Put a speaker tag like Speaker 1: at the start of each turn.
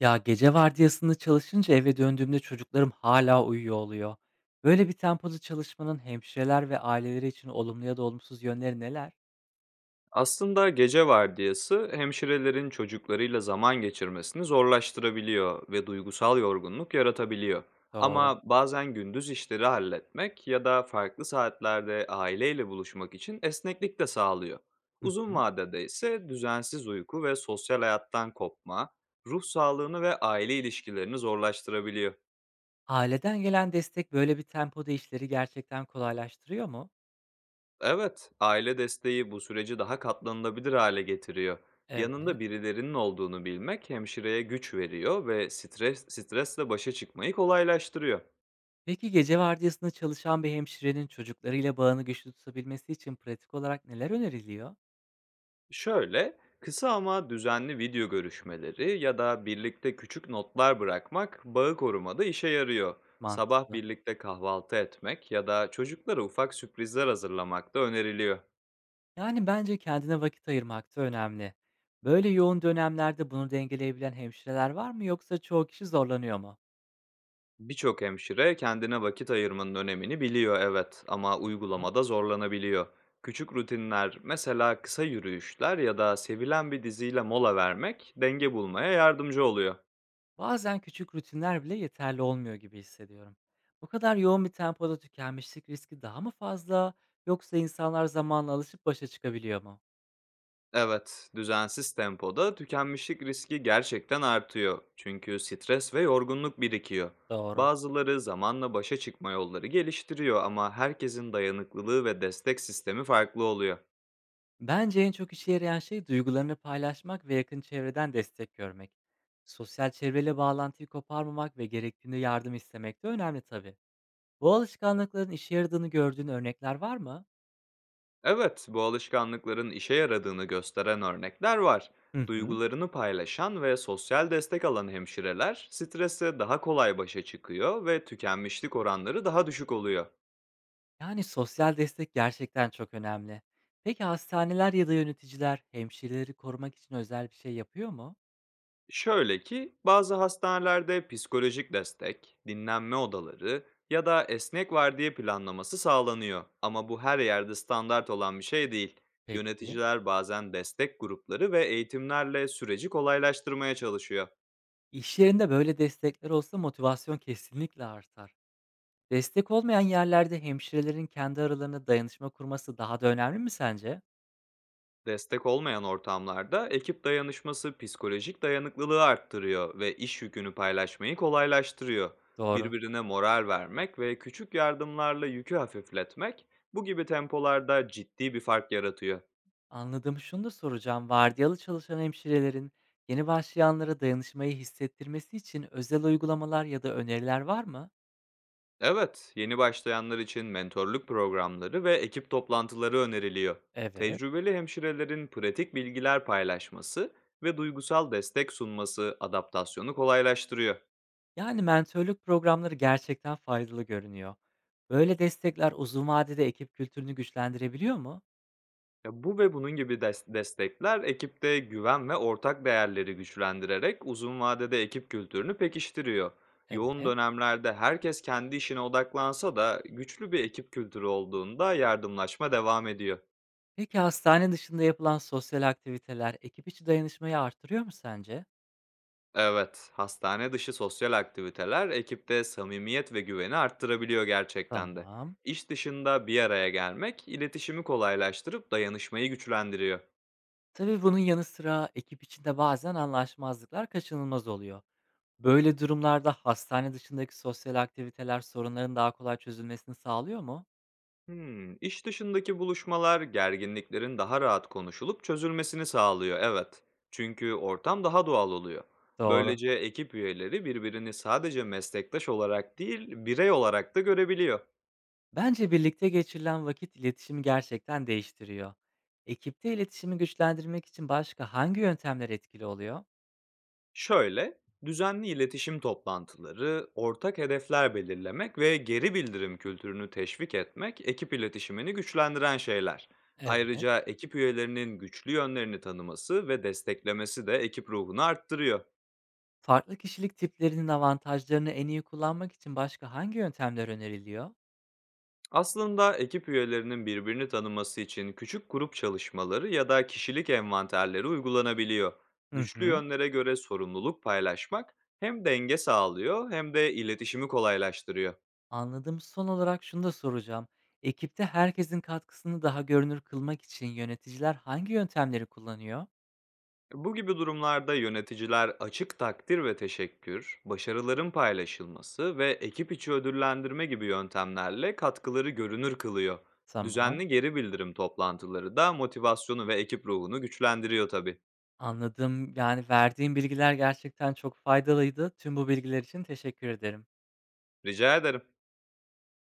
Speaker 1: Ya, gece vardiyasında çalışınca eve döndüğümde çocuklarım hala uyuyor oluyor. Böyle bir tempoda çalışmanın hemşireler ve aileleri için olumlu ya da olumsuz yönleri neler?
Speaker 2: Aslında gece vardiyası hemşirelerin çocuklarıyla zaman geçirmesini zorlaştırabiliyor ve duygusal yorgunluk yaratabiliyor.
Speaker 1: Doğru.
Speaker 2: Ama bazen gündüz işleri halletmek ya da farklı saatlerde aileyle buluşmak için esneklik de sağlıyor.
Speaker 1: Hı
Speaker 2: Uzun
Speaker 1: hı.
Speaker 2: vadede ise düzensiz uyku ve sosyal hayattan kopma, ruh sağlığını ve aile ilişkilerini zorlaştırabiliyor.
Speaker 1: Aileden gelen destek böyle bir tempoda işleri gerçekten kolaylaştırıyor mu?
Speaker 2: Evet, aile desteği bu süreci daha katlanılabilir hale getiriyor.
Speaker 1: Evet.
Speaker 2: Yanında birilerinin olduğunu bilmek hemşireye güç veriyor ve stresle başa çıkmayı kolaylaştırıyor.
Speaker 1: Peki gece vardiyasında çalışan bir hemşirenin çocuklarıyla bağını güçlü tutabilmesi için pratik olarak neler öneriliyor?
Speaker 2: Şöyle, kısa ama düzenli video görüşmeleri ya da birlikte küçük notlar bırakmak bağı korumada işe yarıyor. Sabah
Speaker 1: Mantıklı.
Speaker 2: birlikte kahvaltı etmek ya da çocuklara ufak sürprizler hazırlamak da öneriliyor.
Speaker 1: Yani bence kendine vakit ayırmak da önemli. Böyle yoğun dönemlerde bunu dengeleyebilen hemşireler var mı yoksa çoğu kişi zorlanıyor mu?
Speaker 2: Birçok hemşire kendine vakit ayırmanın önemini biliyor, evet, ama
Speaker 1: Peki.
Speaker 2: uygulamada zorlanabiliyor. Küçük rutinler, mesela kısa yürüyüşler ya da sevilen bir diziyle mola vermek denge bulmaya yardımcı oluyor.
Speaker 1: Bazen küçük rutinler bile yeterli olmuyor gibi hissediyorum. Bu kadar yoğun bir tempoda tükenmişlik riski daha mı fazla yoksa insanlar zamanla alışıp başa çıkabiliyor mu?
Speaker 2: Evet, düzensiz tempoda tükenmişlik riski gerçekten artıyor, çünkü stres ve yorgunluk birikiyor.
Speaker 1: Doğru.
Speaker 2: Bazıları zamanla başa çıkma yolları geliştiriyor ama herkesin dayanıklılığı ve destek sistemi farklı oluyor.
Speaker 1: Bence en çok işe yarayan şey duygularını paylaşmak ve yakın çevreden destek görmek. Sosyal çevreyle bağlantıyı koparmamak ve gerektiğinde yardım istemek de önemli tabii. Bu alışkanlıkların işe yaradığını gördüğün örnekler var mı?
Speaker 2: Evet, bu alışkanlıkların işe yaradığını gösteren örnekler var.
Speaker 1: Hı hı.
Speaker 2: Duygularını paylaşan ve sosyal destek alan hemşireler strese daha kolay başa çıkıyor ve tükenmişlik oranları daha düşük oluyor.
Speaker 1: Yani sosyal destek gerçekten çok önemli. Peki hastaneler ya da yöneticiler hemşireleri korumak için özel bir şey yapıyor mu?
Speaker 2: Şöyle ki, bazı hastanelerde psikolojik destek, dinlenme odaları ya da esnek vardiya planlaması sağlanıyor. Ama bu her yerde standart olan bir şey değil.
Speaker 1: Peki.
Speaker 2: Yöneticiler bazen destek grupları ve eğitimlerle süreci kolaylaştırmaya çalışıyor.
Speaker 1: İş yerinde böyle destekler olsa motivasyon kesinlikle artar. Destek olmayan yerlerde hemşirelerin kendi aralarında dayanışma kurması daha da önemli mi sence?
Speaker 2: Destek olmayan ortamlarda ekip dayanışması psikolojik dayanıklılığı arttırıyor ve iş yükünü paylaşmayı kolaylaştırıyor.
Speaker 1: Doğru.
Speaker 2: Birbirine moral vermek ve küçük yardımlarla yükü hafifletmek bu gibi tempolarda ciddi bir fark yaratıyor.
Speaker 1: Anladım, şunu da soracağım. Vardiyalı çalışan hemşirelerin yeni başlayanlara dayanışmayı hissettirmesi için özel uygulamalar ya da öneriler var mı?
Speaker 2: Evet, yeni başlayanlar için mentorluk programları ve ekip toplantıları öneriliyor.
Speaker 1: Evet.
Speaker 2: Tecrübeli hemşirelerin pratik bilgiler paylaşması ve duygusal destek sunması adaptasyonu kolaylaştırıyor.
Speaker 1: Yani, mentörlük programları gerçekten faydalı görünüyor. Böyle destekler uzun vadede ekip kültürünü güçlendirebiliyor mu?
Speaker 2: Ya bu ve bunun gibi destekler ekipte güven ve ortak değerleri güçlendirerek uzun vadede ekip kültürünü pekiştiriyor. Yoğun
Speaker 1: Evet.
Speaker 2: dönemlerde herkes kendi işine odaklansa da güçlü bir ekip kültürü olduğunda yardımlaşma devam ediyor.
Speaker 1: Peki hastane dışında yapılan sosyal aktiviteler ekip içi dayanışmayı artırıyor mu sence?
Speaker 2: Evet, hastane dışı sosyal aktiviteler ekipte samimiyet ve güveni arttırabiliyor gerçekten de.
Speaker 1: Tamam.
Speaker 2: İş dışında bir araya gelmek iletişimi kolaylaştırıp dayanışmayı güçlendiriyor.
Speaker 1: Tabii bunun yanı sıra ekip içinde bazen anlaşmazlıklar kaçınılmaz oluyor. Böyle durumlarda hastane dışındaki sosyal aktiviteler sorunların daha kolay çözülmesini sağlıyor mu?
Speaker 2: Hımm. İş dışındaki buluşmalar gerginliklerin daha rahat konuşulup çözülmesini sağlıyor, evet. Çünkü ortam daha doğal oluyor.
Speaker 1: Doğru.
Speaker 2: Böylece ekip üyeleri birbirini sadece meslektaş olarak değil, birey olarak da görebiliyor.
Speaker 1: Bence birlikte geçirilen vakit iletişimi gerçekten değiştiriyor. Ekipte iletişimi güçlendirmek için başka hangi yöntemler etkili oluyor?
Speaker 2: Şöyle, düzenli iletişim toplantıları, ortak hedefler belirlemek ve geri bildirim kültürünü teşvik etmek ekip iletişimini güçlendiren şeyler.
Speaker 1: Evet.
Speaker 2: Ayrıca ekip üyelerinin güçlü yönlerini tanıması ve desteklemesi de ekip ruhunu arttırıyor.
Speaker 1: Farklı kişilik tiplerinin avantajlarını en iyi kullanmak için başka hangi yöntemler öneriliyor?
Speaker 2: Aslında ekip üyelerinin birbirini tanıması için küçük grup çalışmaları ya da kişilik envanterleri uygulanabiliyor.
Speaker 1: Hı
Speaker 2: Güçlü
Speaker 1: hı.
Speaker 2: yönlere göre sorumluluk paylaşmak hem denge sağlıyor hem de iletişimi kolaylaştırıyor.
Speaker 1: Anladığım, son olarak şunu da soracağım. Ekipte herkesin katkısını daha görünür kılmak için yöneticiler hangi yöntemleri kullanıyor?
Speaker 2: Bu gibi durumlarda yöneticiler açık takdir ve teşekkür, başarıların paylaşılması ve ekip içi ödüllendirme gibi yöntemlerle katkıları görünür kılıyor.
Speaker 1: Tamam.
Speaker 2: Düzenli geri bildirim toplantıları da motivasyonu ve ekip ruhunu güçlendiriyor tabii.
Speaker 1: Anladım. Yani verdiğim bilgiler gerçekten çok faydalıydı. Tüm bu bilgiler için teşekkür ederim.
Speaker 2: Rica ederim.